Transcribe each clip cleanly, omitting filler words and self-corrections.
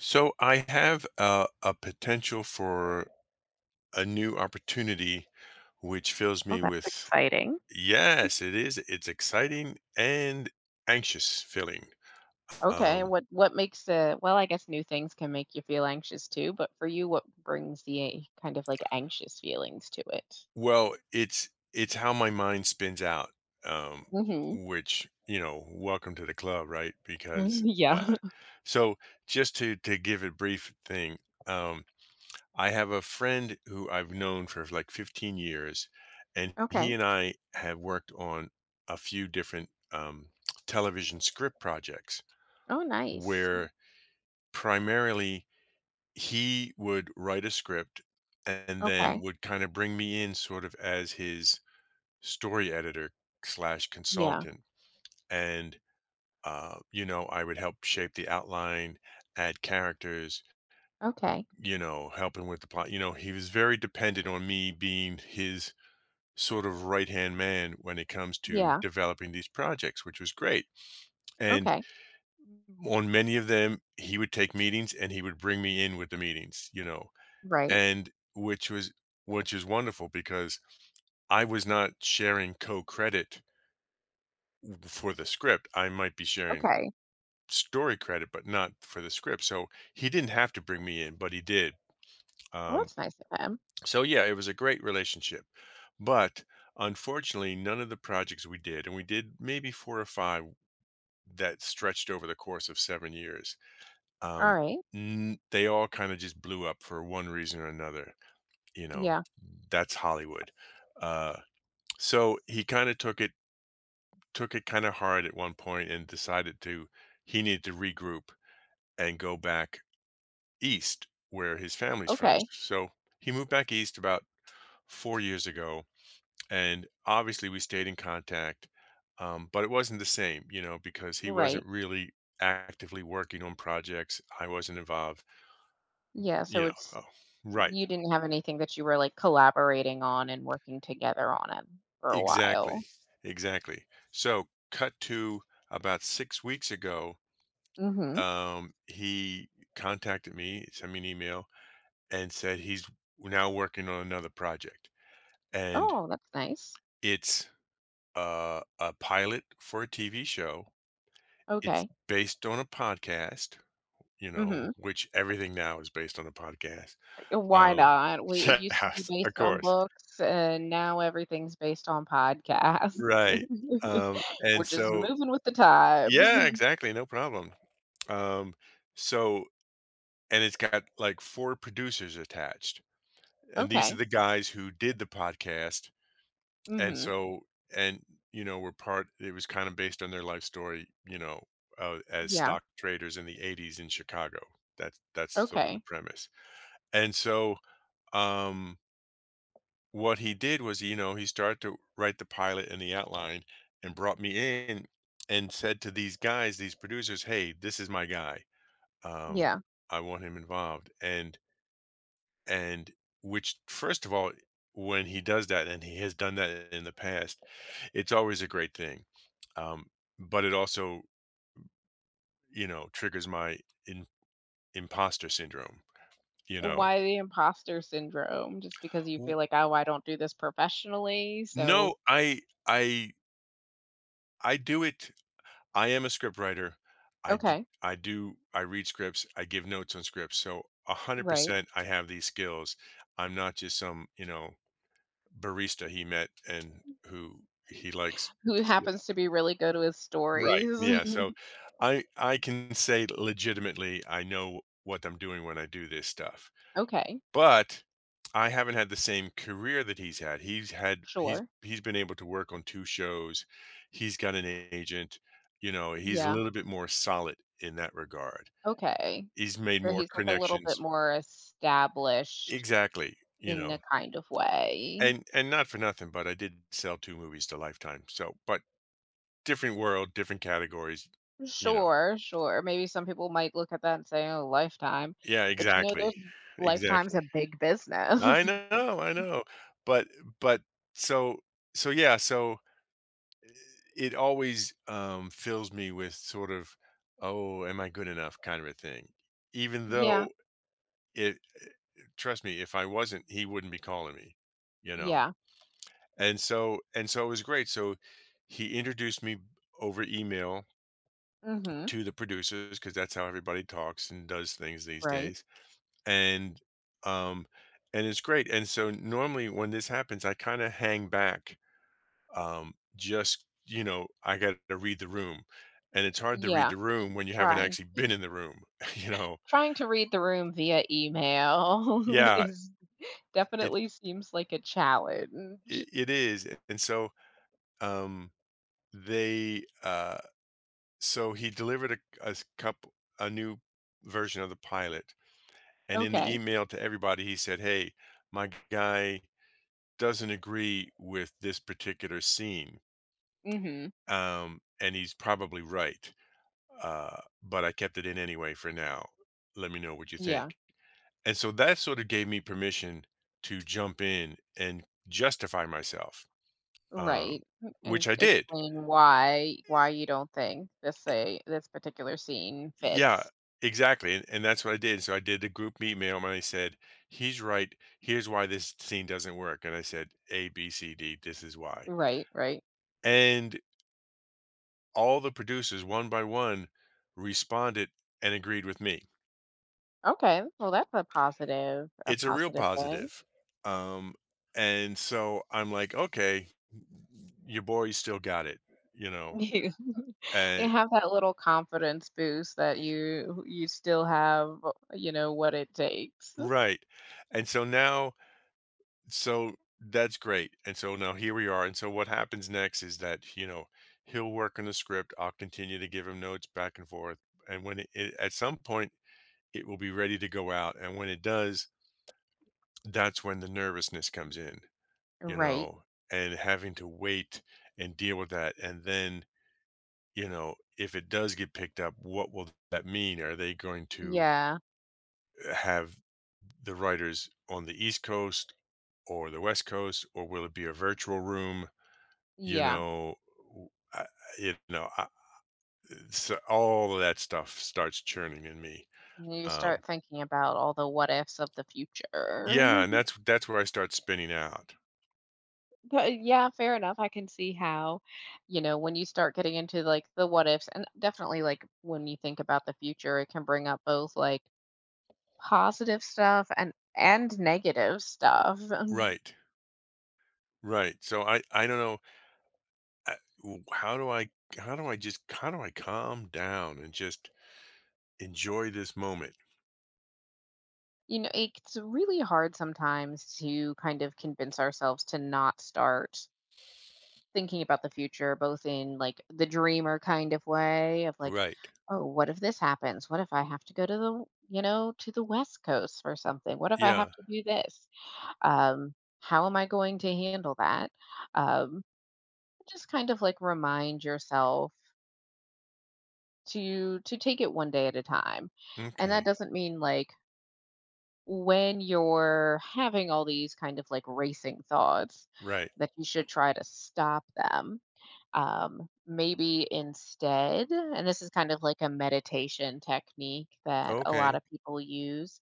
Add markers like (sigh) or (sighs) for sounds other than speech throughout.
So I have a potential for a new opportunity, which fills Oh, me that's with... exciting. yes, it is. It's exciting and anxious feeling. Okay, Um, what makes the well, I guess new things can make you feel anxious too, but for you, what brings the kind of like anxious feelings to it? well, it's how my mind spins out, um, Mm-hmm. which, you know, welcome to the club, right? Because uh, Yeah. (laughs) so just to give a brief thing. um, I have a friend who I've known for like 15 years, and he Okay. and I have worked on a few different television script projects Oh, nice. where primarily he would write a script and then Okay. would kind of bring me in sort of as his story editor slash Yeah. consultant. And, you know, I would help shape the outline, add characters, Okay. you know, helping with the plot. You know, he was very dependent on me being his sort of right hand man when it comes to Yeah. developing these projects, which was great. And Okay. on many of them, he would take meetings and he would bring me in with the meetings, you know, Right. and which is wonderful because I was not sharing co credit for the script. I might be sharing Okay. story credit, but not for the script. So he didn't have to bring me in, but he did. Well, Um, that's nice of him. So yeah, it was a great relationship. But unfortunately, none of the projects we did, and we did maybe four or five that stretched over the course of 7 years, All um, right. They all kind of just blew up for one reason or another. You know, Yeah. that's Hollywood. Uh, so he kind of took it kind of hard at one point and decided to... he needed to regroup and go back east where his family's from. Okay. So he moved back east about 4 years ago, and obviously we stayed in contact, but it wasn't the same, you know, because he Right. wasn't really actively working on projects, I wasn't involved, Yeah. you So know. it's Oh, right, you didn't have anything that you were like collaborating on and working together on it for a while. exactly, exactly. So cut to about 6 weeks ago. Mm-hmm. He contacted me, sent me an email and said he's now working on another project, and Oh, that's nice. it's a pilot for a tv show. It's Okay. based on a podcast, you Mhm. know, which everything now is based on a podcast. Why Um not? We it (laughs) used (laughs) to be Yes, of based on course. books, and now everything's based on podcasts. Right. (laughs) We're And just so moving with the times. yeah, (laughs) exactly, no problem. Um, so, and it's got, like, 4 producers attached, and these are Okay. the guys who did the podcast, and Mhm. so, and, you know, were part it was kinda based on their life story, you know, as Yeah. stock traders in the '80s in Chicago. That's sort of the Okay. premise. And so, um what he did was, you know, he started to write the pilot and the outline and brought me in and said to these guys, these producers, "Hey, this is my guy. Um, Yeah. I want him involved." And and which, first of all, when he does that, and he has done that in the past, it's always a great thing. Um, but it also, you know, triggers my in, imposter syndrome, you know. Why the imposter syndrome? Just because you W- feel like, "Oh, I don't do this professionally." So, No, I I do it I am a script writer. I do okay. I do I read scripts, I give notes on scripts. So Right. 100% I have these skills. I'm not just some, you know, barista he met and who he likes. Who So- happens to be really good with Right. stories. Yeah, so (laughs) I can say legitimately I know what I'm doing when I do this stuff. Okay. But I haven't had the same career that he's had. Sure. He's been able to work on 2 shows. He's got an agent, you know, he's a Yeah. little bit more solid in that regard. Okay. He's made So more he's like a little bit connections. more established Exactly, you in a know, kind of way. and not for nothing, but I did sell 2 movies to Lifetime, so but different world, different categories, you know. Sure, sure. Maybe some people might look at that and say, oh, lifetime. Yeah, But you know, there's exactly. lifetime's Exactly. a big I business. know, I know. But but so so, yeah, so it always fills me with sort of, oh, am I good enough kind of a thing. Even (laughs) Yeah, though it, trust me, if I wasn't, he wouldn't be calling me, you know. yeah. And so it was great. So he introduced me over email Mm-hmm. to the producers because that's how everybody talks and does things these Right. days. And um, and it's great. And so normally when this happens, I kind of hang back, just, you know, I got to read the room, and it's hard to read Yeah. the room when you haven't Trying. actually been in the room (laughs) you know. Trying to read the room via email (laughs) Yeah. is it definitely seems like a challenge. it, it is. And so um they so he delivered a couple... a new version of the pilot, and in the Okay. email to everybody he said, hey, my guy doesn't agree with this particular scene, Mm-hmm. And he's probably right, but I kept it in anyway for now. Let me know what you Yeah. think. And so that sort of gave me permission to jump in and justify myself, um, Right, and which I did. explain why you don't think this I- say this particular scene Yeah, fits. exactly. And that's what I did. So I did the group meet mail and I said, he's right. Here's why this scene doesn't work. And I said, A, B, C, D, this is why. Right, right. And all the producers, one by one, responded and agreed with me. Okay, well, that's a It's a real positive thing. positive. Um, and so I'm like, okay, your boy still got it, you (laughs) know. You And have that little confidence boost that you still have, you know, what it takes. right. And so now, so that's great. And so now here we are. And so what happens next is that, you know, he'll work on the script. I'll continue to give him notes back and forth. And when it at some point it will be ready to go out. And when it does, that's when the nervousness comes in, you Right. know, and having to wait and deal with that. And then, you know, if it does get picked up, what will that mean? Are they going to Yeah, have the writers on the East Coast or the West Coast, or will it be a virtual room? You yeah. know, w- I, I- you know, so all of that stuff starts churning in me. And you Um, start thinking about all the what ifs of the yeah, future. and (laughs) that's where I start spinning out. But yeah, fair enough. I can see how, you know, when you start getting into like the what ifs, and definitely like when you think about the future, it can bring up both like positive stuff and negative stuff. Right, right. So I don't know. I, how do I just how do I calm down and just enjoy this moment? You know, it's really hard sometimes to kind of convince ourselves to not start thinking about the future, both in like the dreamer kind of way of like, Right. oh, what if this happens? What if I have to go to the, you know, to the West Coast for something? What if I Yeah. have to do this? Um, how am I going to handle that? Um, just kind of like remind yourself to take it one day at a time. And that Okay. doesn't mean like when you're having all these kind of like racing thoughts Right. that you should try to stop them. Maybe instead, and this is kind of like a meditation technique that a lot Okay. of people use,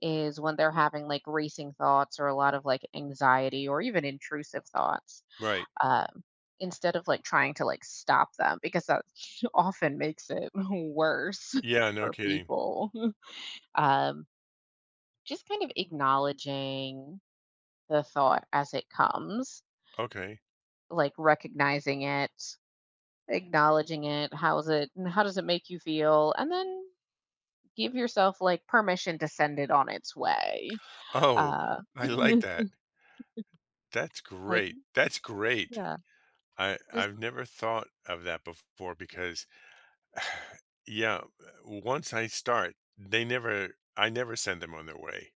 is when they're having like racing thoughts or a lot of like anxiety or even intrusive thoughts Right. um, instead of like trying to like stop them because that (laughs) often makes it (laughs) worse Yeah. No for kidding. people. (laughs) Um, just kind of acknowledging the thought as it comes, Okay. like recognizing it, acknowledging it. How is it? How does it make you feel? And then give yourself like permission to send it on its way. Oh, Uh, (laughs) I like that. That's like great. That's great. yeah, I just I've never thought of that before because (sighs) yeah, once I start, they never I never send them on their way.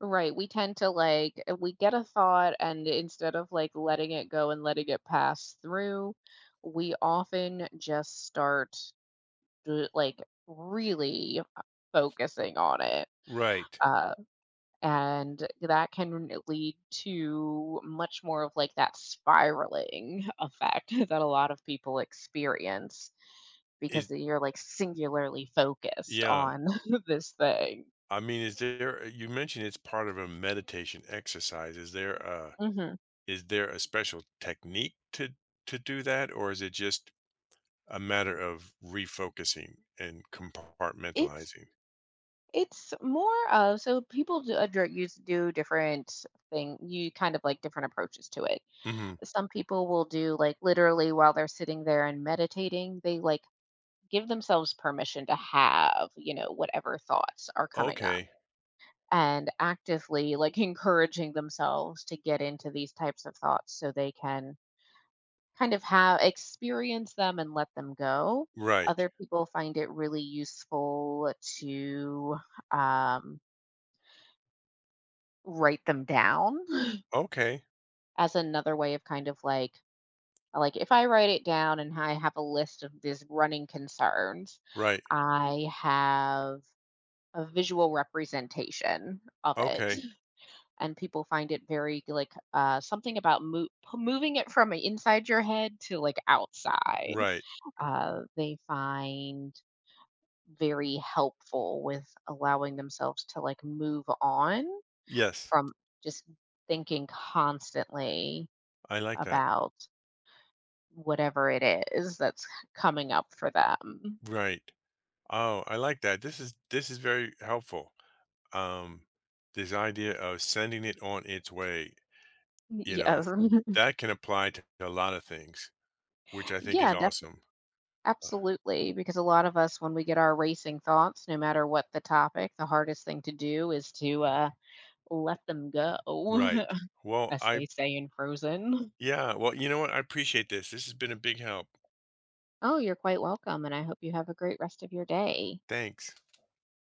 right, we tend to, like we get a thought and instead of, like, letting it go and letting it pass through, we often just start d like, really, focusing on it, Right. uh, and that can lead to much more of, like, that spiraling (laughs) effect that a lot of people experience Is because you're, like, singularly focused yeah. on (laughs) this thing. I mean, is there... you mentioned it's part of a meditation exercise. Is there a Mhm. Special technique to do that, or is it just a matter of refocusing and It's compartmentalizing? It's more of so people do, used do different thing. You kind of like different approaches to it. Mhm. Some people will do like literally while they're sitting there and meditating, they like give themselves permission to have you know whatever thoughts are coming up Okay. and actively like (laughs) encouraging themselves to get into these types of thoughts so they can kind of have experience them and let them go. Right. Other people find it really useful to um, write them down (gasps) Okay. as another way of kind of like if I write it down and I have a list of these running concerns, Right. I have a visual representation of it, Okay. and people find it very like something about moving it from inside your head to like outside. Right. They find very helpful with allowing themselves to like move on Yes, from just thinking constantly I like that. about whatever it is that's coming up for them. Right. Oh, I like that. This is very helpful. Um, this idea of sending it on its way, you Yes. know, (laughs) that can apply to a lot of things, which I think is Yeah, def awesome. Uh, absolutely, because a lot of us, when we get our racing thoughts, no matter what the topic, the hardest thing to do is to, let them go, right. (laughs) Well, as I... they say in Frozen. yeah. Well, you know what? I appreciate this. This has been a big help. Oh, you're quite welcome, and I hope you have a great rest of your day. Thanks.